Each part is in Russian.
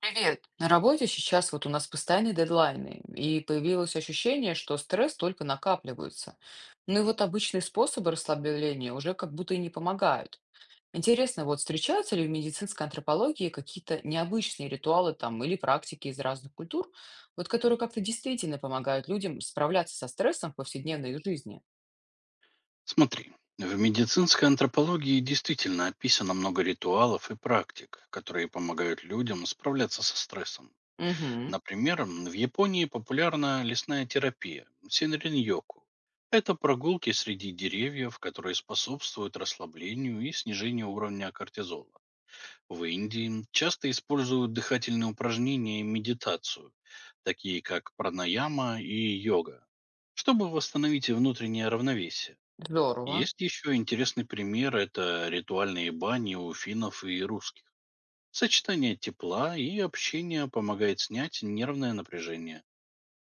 Привет. На работе сейчас вот у нас постоянные дедлайны, и появилось ощущение, что стресс только накапливается. Ну и вот обычные способы расслабления уже как будто и не помогают. Интересно, вот встречаются ли в медицинской антропологии какие-то необычные ритуалы там или практики из разных культур, вот которые как-то действительно помогают людям справляться со стрессом в повседневной жизни? Смотри, в медицинской антропологии действительно описано много ритуалов и практик, которые помогают людям справляться со стрессом. Угу. Например, в Японии популярна лесная терапия– синриньоку. Это прогулки среди деревьев, которые способствуют расслаблению и снижению уровня кортизола. В Индии часто используют дыхательные упражнения и медитацию, такие как пранаяма и йога, чтобы восстановить внутреннее равновесие. Здорово. Есть еще интересный пример– это ритуальные бани у финнов и русских. Сочетание тепла и общения помогает снять нервное напряжение.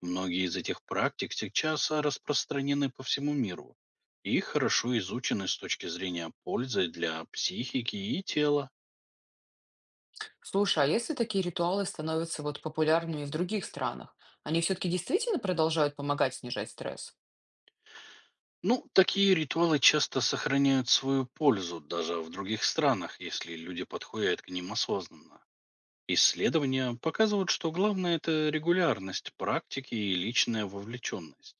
Многие из этих практик сейчас распространены по всему миру и хорошо изучены с точки зрения пользы для психики и тела. Слушай, а если такие ритуалы становятся вот популярными в других странах, они все-таки действительно продолжают помогать снижать стресс? Ну, такие ритуалы часто сохраняют свою пользу даже в других странах, если люди подходят к ним осознанно. Исследования показывают, что главное– это регулярность практики и личная вовлеченность,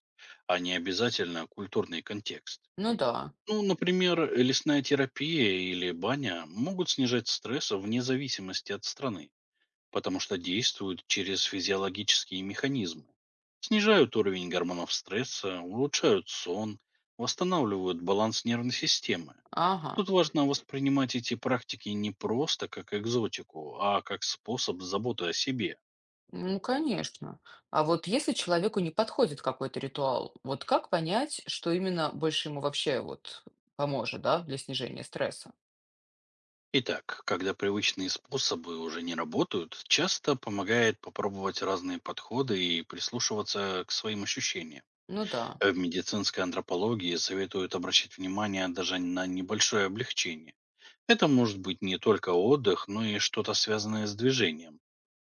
а не обязательно культурный контекст. Ну да. Ну, например, лесная терапия или баня могут снижать стресс вне зависимости от страны, потому что действуют через физиологические механизмы. Снижают уровень гормонов стресса, улучшают сон, восстанавливают баланс нервной системы. Ага. Тут важно воспринимать эти практики не просто как экзотику, а как способ заботы о себе. Ну конечно. А вот если человеку не подходит какой-то ритуал, вот как понять, что именно больше ему вообще вот поможет, да, для снижения стресса? Итак, когда привычные способы уже не работают, часто помогает попробовать разные подходы и прислушиваться к своим ощущениям. Ну да. В медицинской антропологии советуют обращать внимание даже на небольшое облегчение. Это может быть не только отдых, но и что-то связанное с движением,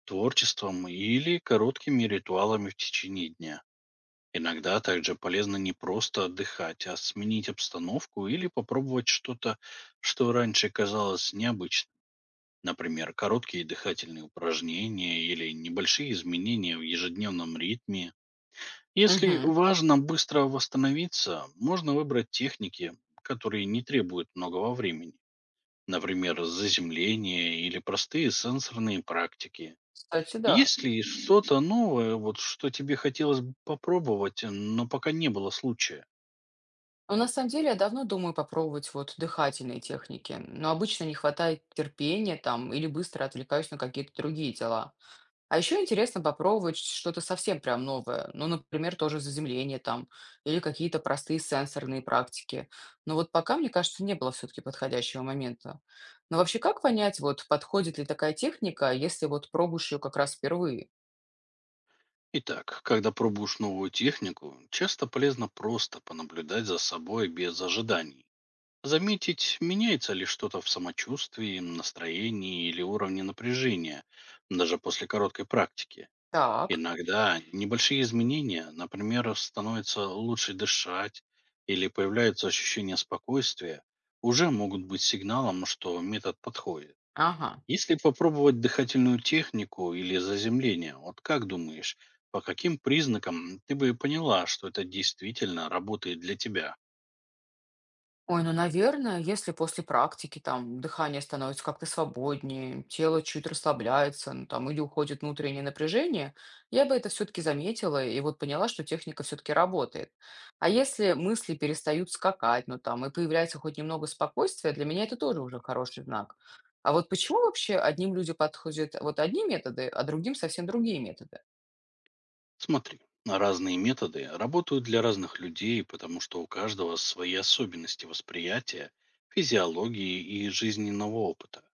творчеством или короткими ритуалами в течение дня. Иногда также полезно не просто отдыхать, а сменить обстановку или попробовать что-то, что раньше казалось необычным. Например, короткие дыхательные упражнения или небольшие изменения в ежедневном ритме. Если Угу. важно быстро восстановиться, можно выбрать техники, которые не требуют многого времени. Например, заземление или простые сенсорные практики. Кстати, да. Есть ли что-то новое, вот что тебе хотелось бы попробовать, но пока не было случая? Но на самом деле я давно думаю попробовать вот дыхательные техники, но обычно не хватает терпения там или быстро отвлекаюсь на какие-то другие дела. А еще интересно попробовать что-то совсем прям новое. Ну, например, тоже заземление там или какие-то простые сенсорные практики. Но вот пока, мне кажется, не было все-таки подходящего момента. Но вообще, как понять, вот подходит ли такая техника, если вот пробуешь ее как раз впервые? Итак, когда пробуешь новую технику, часто полезно просто понаблюдать за собой без ожиданий. Заметить, меняется ли что-то в самочувствии, настроении или уровне напряжения, даже после короткой практики. Так. Иногда небольшие изменения, например, становится лучше дышать или появляется ощущение спокойствия, уже могут быть сигналом, что метод подходит. Ага. Если попробовать дыхательную технику или заземление, вот как думаешь, по каким признакам ты бы поняла, что это действительно работает для тебя? Ой, ну, наверное, если после практики там дыхание становится как-то свободнее, тело чуть расслабляется, ну, там, или уходит внутреннее напряжение, я бы это все-таки заметила и вот поняла, что техника все-таки работает. А если мысли перестают скакать, ну, там, и появляется хоть немного спокойствия, для меня это тоже уже хороший знак. А вот почему вообще одним людям подходят вот одни методы, а другим совсем другие методы? Смотри, разные методы работают для разных людей, потому что у каждого свои особенности восприятия, физиологии и жизненного опыта.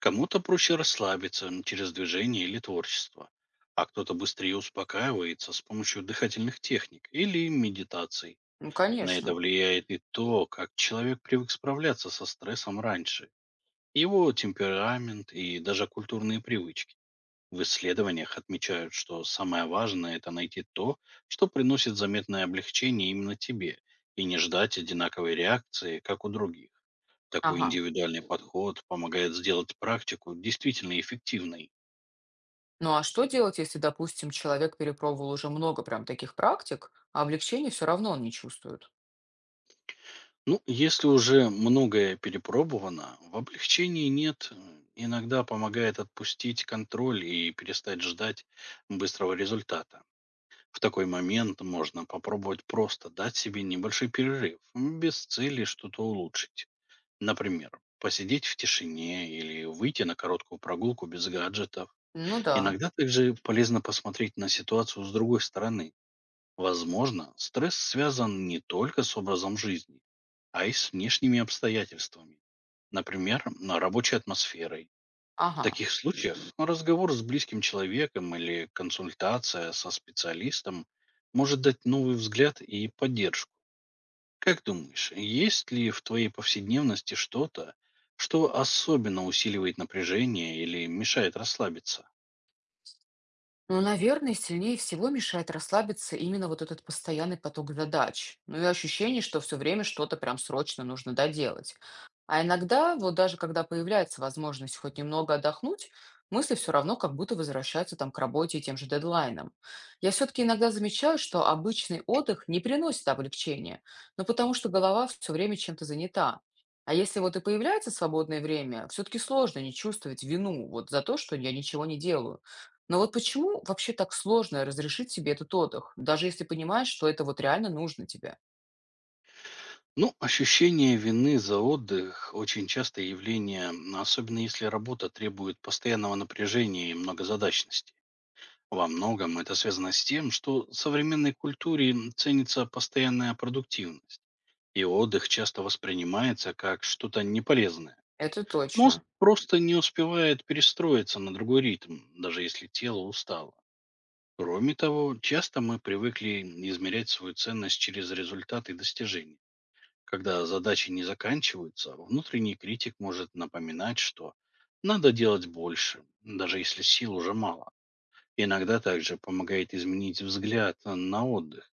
Кому-то проще расслабиться через движение или творчество, а кто-то быстрее успокаивается с помощью дыхательных техник или медитаций. Ну, На это конечно. влияет и то, как человек привык справляться со стрессом раньше, его темперамент и даже культурные привычки. В исследованиях отмечают, что самое важное– это найти то, что приносит заметное облегчение именно тебе, и не ждать одинаковой реакции, как у других. Такой Ага. индивидуальный подход помогает сделать практику действительно эффективной. Ну а что делать, если, допустим, человек перепробовал уже много прям таких практик, а облегчения все равно он не чувствует? Ну, если уже многое перепробовано, в облегчении нет. Иногда помогает отпустить контроль и перестать ждать быстрого результата. В такой момент можно попробовать просто дать себе небольшой перерыв, без цели что-то улучшить. Например, посидеть в тишине или выйти на короткую прогулку без гаджетов. Ну да. Иногда также полезно посмотреть на ситуацию с другой стороны. Возможно, стресс связан не только с образом жизни, а и с внешними обстоятельствами. Например, на рабочей атмосферой. В Ага. таких случаях разговор с близким человеком или консультация со специалистом может дать новый взгляд и поддержку. Как думаешь, есть ли в твоей повседневности что-то, что особенно усиливает напряжение или мешает расслабиться? Ну, наверное, сильнее всего мешает расслабиться именно вот этот постоянный поток задач. Ну и ощущение, что все время что-то прям срочно нужно доделать. А иногда, вот даже когда появляется возможность хоть немного отдохнуть, мысли все равно как будто возвращаются там к работе и тем же дедлайнам. Я все-таки иногда замечаю, что обычный отдых не приносит облегчения, но потому что голова все время чем-то занята. А если вот и появляется свободное время, все-таки сложно не чувствовать вину вот за то, что я ничего не делаю. Но вот почему вообще так сложно разрешить себе этот отдых, даже если понимаешь, что это вот реально нужно тебе? Ну, ощущение вины за отдых– очень частое явление, особенно если работа требует постоянного напряжения и многозадачности. Во многом это связано с тем, что в современной культуре ценится постоянная продуктивность, и отдых часто воспринимается как что-то неполезное. Это Мозг точно. просто не успевает перестроиться на другой ритм, даже если тело устало. Кроме того, часто мы привыкли измерять свою ценность через результаты достижений. Когда задачи не заканчиваются, внутренний критик может напоминать, что надо делать больше, даже если сил уже мало. Иногда также помогает изменить взгляд на отдых,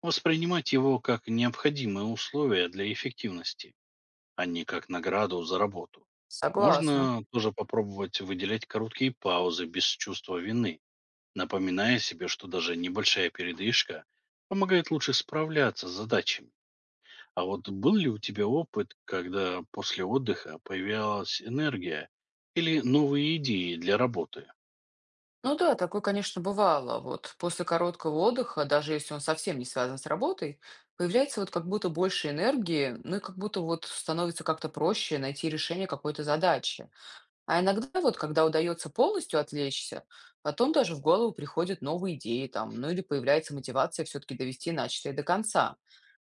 воспринимать его как необходимое условие для эффективности, а не как награду за работу. Согласна. Можно тоже попробовать выделять короткие паузы без чувства вины, напоминая себе, что даже небольшая передышка помогает лучше справляться с задачами. А вот был ли у тебя опыт, когда после отдыха появилась энергия или новые идеи для работы? Ну да, такое, конечно, бывало. Вот после короткого отдыха, даже если он совсем не связан с работой, появляется вот как будто больше энергии, ну и как будто вот становится как-то проще найти решение какой-то задачи. А иногда вот, когда удается полностью отвлечься, потом даже в голову приходят новые идеи там, ну или появляется мотивация все-таки довести начатое до конца.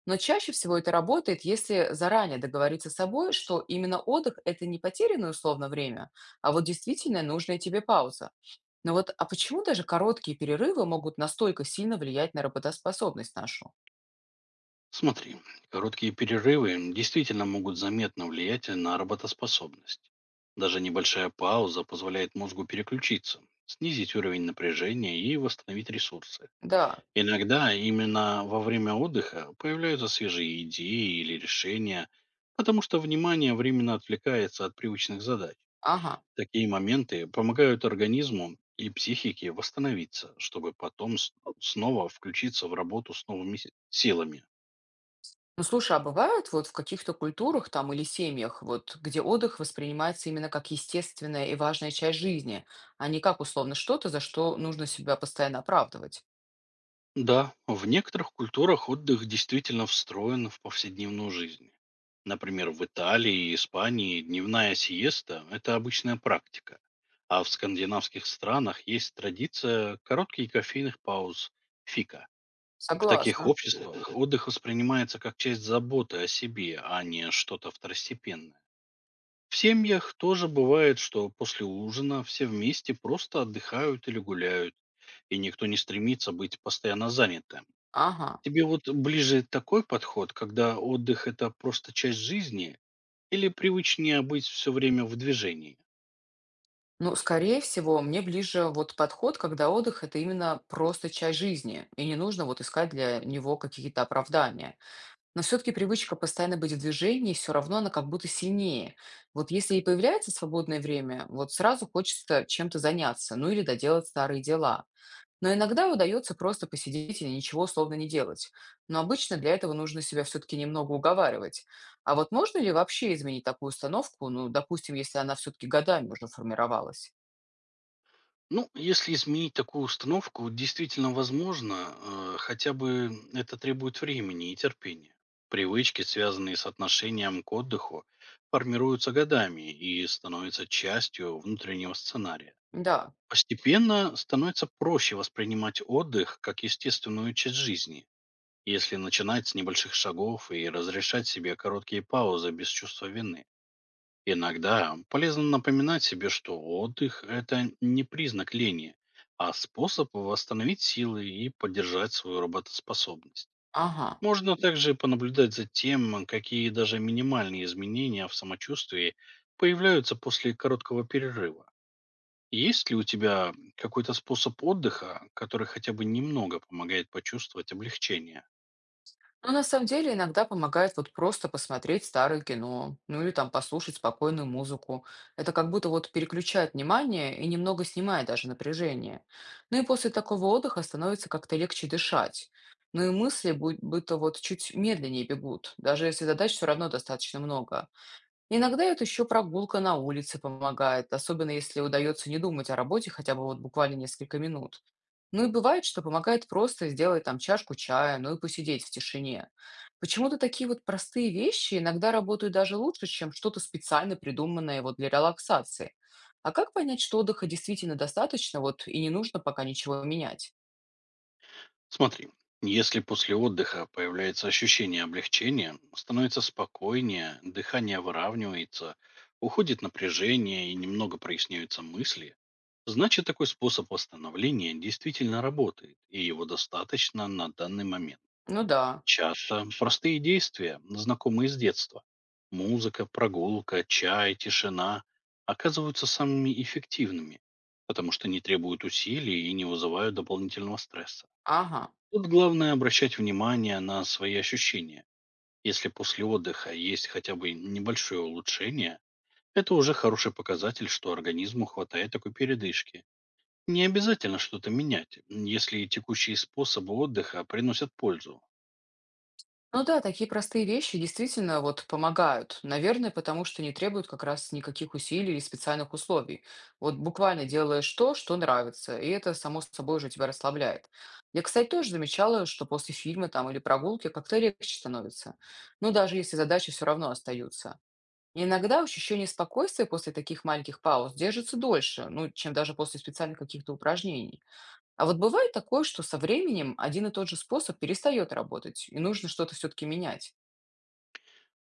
Но чаще всего это работает, если заранее договориться с собой, что именно отдых– это не потерянное условно время, а вот действительно нужная тебе пауза. Но вот а почему даже короткие перерывы могут настолько сильно влиять на работоспособность нашу? Смотри, короткие перерывы действительно могут заметно влиять на работоспособность. Даже небольшая пауза позволяет мозгу переключиться, снизить уровень напряжения и восстановить ресурсы. Да. Иногда именно во время отдыха появляются свежие идеи или решения, потому что внимание временно отвлекается от привычных задач. Ага. Такие моменты помогают организму и психике восстановиться, чтобы потом снова включиться в работу с новыми силами. Ну слушай, а бывает вот в каких-то культурах там или семьях, вот где отдых воспринимается именно как естественная и важная часть жизни, а не как условно что-то, за что нужно себя постоянно оправдывать? Да, в некоторых культурах отдых действительно встроен в повседневную жизнь. Например, в Италии и Испании дневная сиеста– это обычная практика, а в скандинавских странах есть традиция коротких кофейных пауз фика. В таких Согласна. обществах отдых воспринимается как часть заботы о себе, а не что-то второстепенное. В семьях тоже бывает, что после ужина все вместе просто отдыхают или гуляют, и никто не стремится быть постоянно занятым. Ага. Тебе вот ближе такой подход, когда отдых– это просто часть жизни, или привычнее быть все время в движении? Ну, скорее всего, мне ближе вот подход, когда отдых– это именно просто часть жизни, и не нужно вот искать для него какие-то оправдания. Но все-таки привычка постоянно быть в движении, все равно она как будто сильнее. Вот если и появляется свободное время, вот сразу хочется чем-то заняться, ну или доделать старые дела. Но иногда удается просто посидеть и ничего условно не делать. Но обычно для этого нужно себя все-таки немного уговаривать. А вот можно ли вообще изменить такую установку, ну, допустим, если она все-таки годами уже формировалась? Ну, если изменить такую установку, действительно возможно, хотя бы это требует времени и терпения. Привычки, связанные с отношением к отдыху, формируются годами и становятся частью внутреннего сценария. Да. Постепенно становится проще воспринимать отдых как естественную часть жизни, если начинать с небольших шагов и разрешать себе короткие паузы без чувства вины, иногда полезно напоминать себе, что отдых– это не признак лени, а способ восстановить силы и поддержать свою работоспособность. Ага. Можно также понаблюдать за тем, какие даже минимальные изменения в самочувствии появляются после короткого перерыва. Есть ли у тебя какой-то способ отдыха, который хотя бы немного помогает почувствовать облегчение? Но на самом деле иногда помогает вот просто посмотреть старое кино, ну или там послушать спокойную музыку. Это как будто вот переключает внимание и немного снимает даже напряжение. Ну и после такого отдыха становится как-то легче дышать. Ну и мысли будто вот чуть медленнее бегут, даже если задач все равно достаточно много. Иногда это еще прогулка на улице помогает, особенно если удается не думать о работе хотя бы вот буквально несколько минут. Ну и бывает, что помогает просто сделать там чашку чая, ну и посидеть в тишине. Почему-то такие вот простые вещи иногда работают даже лучше, чем что-то специально придуманное вот для релаксации. А как понять, что отдыха действительно достаточно, вот и не нужно пока ничего менять? Смотри, если после отдыха появляется ощущение облегчения, становится спокойнее, дыхание выравнивается, уходит напряжение и немного проясняются мысли, значит такой способ восстановления действительно работает, и его достаточно на данный момент. Ну да. Часто простые действия, знакомые с детства, музыка, прогулка, чай, тишина, оказываются самыми эффективными, потому что не требуют усилий и не вызывают дополнительного стресса. Ага. Тут главное обращать внимание на свои ощущения. Если после отдыха есть хотя бы небольшое улучшение, это уже хороший показатель, что организму хватает такой передышки. Не обязательно что-то менять, если текущие способы отдыха приносят пользу. Ну да, такие простые вещи действительно вот помогают. Наверное, потому что не требуют как раз никаких усилий или специальных условий. Вот буквально делаешь то, что нравится, и это само собой уже тебя расслабляет. Я, кстати, тоже замечала, что после фильма там или прогулки как-то легче становится. Ну даже если задачи все равно остаются. И иногда ощущение спокойствия после таких маленьких пауз держится дольше, ну, чем даже после специальных каких-то упражнений. А вот бывает такое, что со временем один и тот же способ перестает работать, и нужно что-то все-таки менять.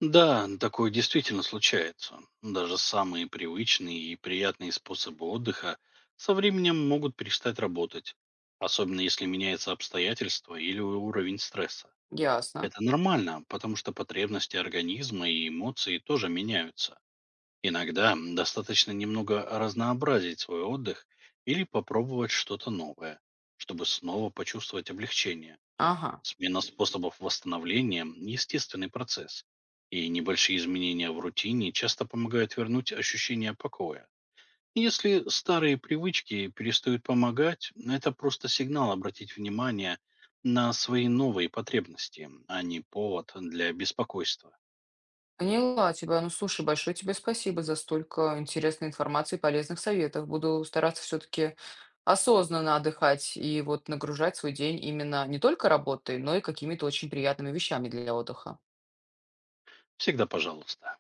Да, такое действительно случается. Даже самые привычные и приятные способы отдыха со временем могут перестать работать, особенно если меняется обстоятельства или уровень стресса. Ясно. Это нормально, потому что потребности организма и эмоции тоже меняются. Иногда достаточно немного разнообразить свой отдых или попробовать что-то новое, чтобы снова почувствовать облегчение. Ага. Смена способов восстановления– естественный процесс, и небольшие изменения в рутине часто помогают вернуть ощущение покоя. Если старые привычки перестают помогать, это просто сигнал обратить внимание на свои новые потребности, а не повод для беспокойства. Поняла тебя. Ну, слушай, большое тебе спасибо за столько интересной информации и полезных советов. Буду стараться все-таки осознанно отдыхать и вот нагружать свой день именно не только работой, но и какими-то очень приятными вещами для отдыха. Всегда пожалуйста.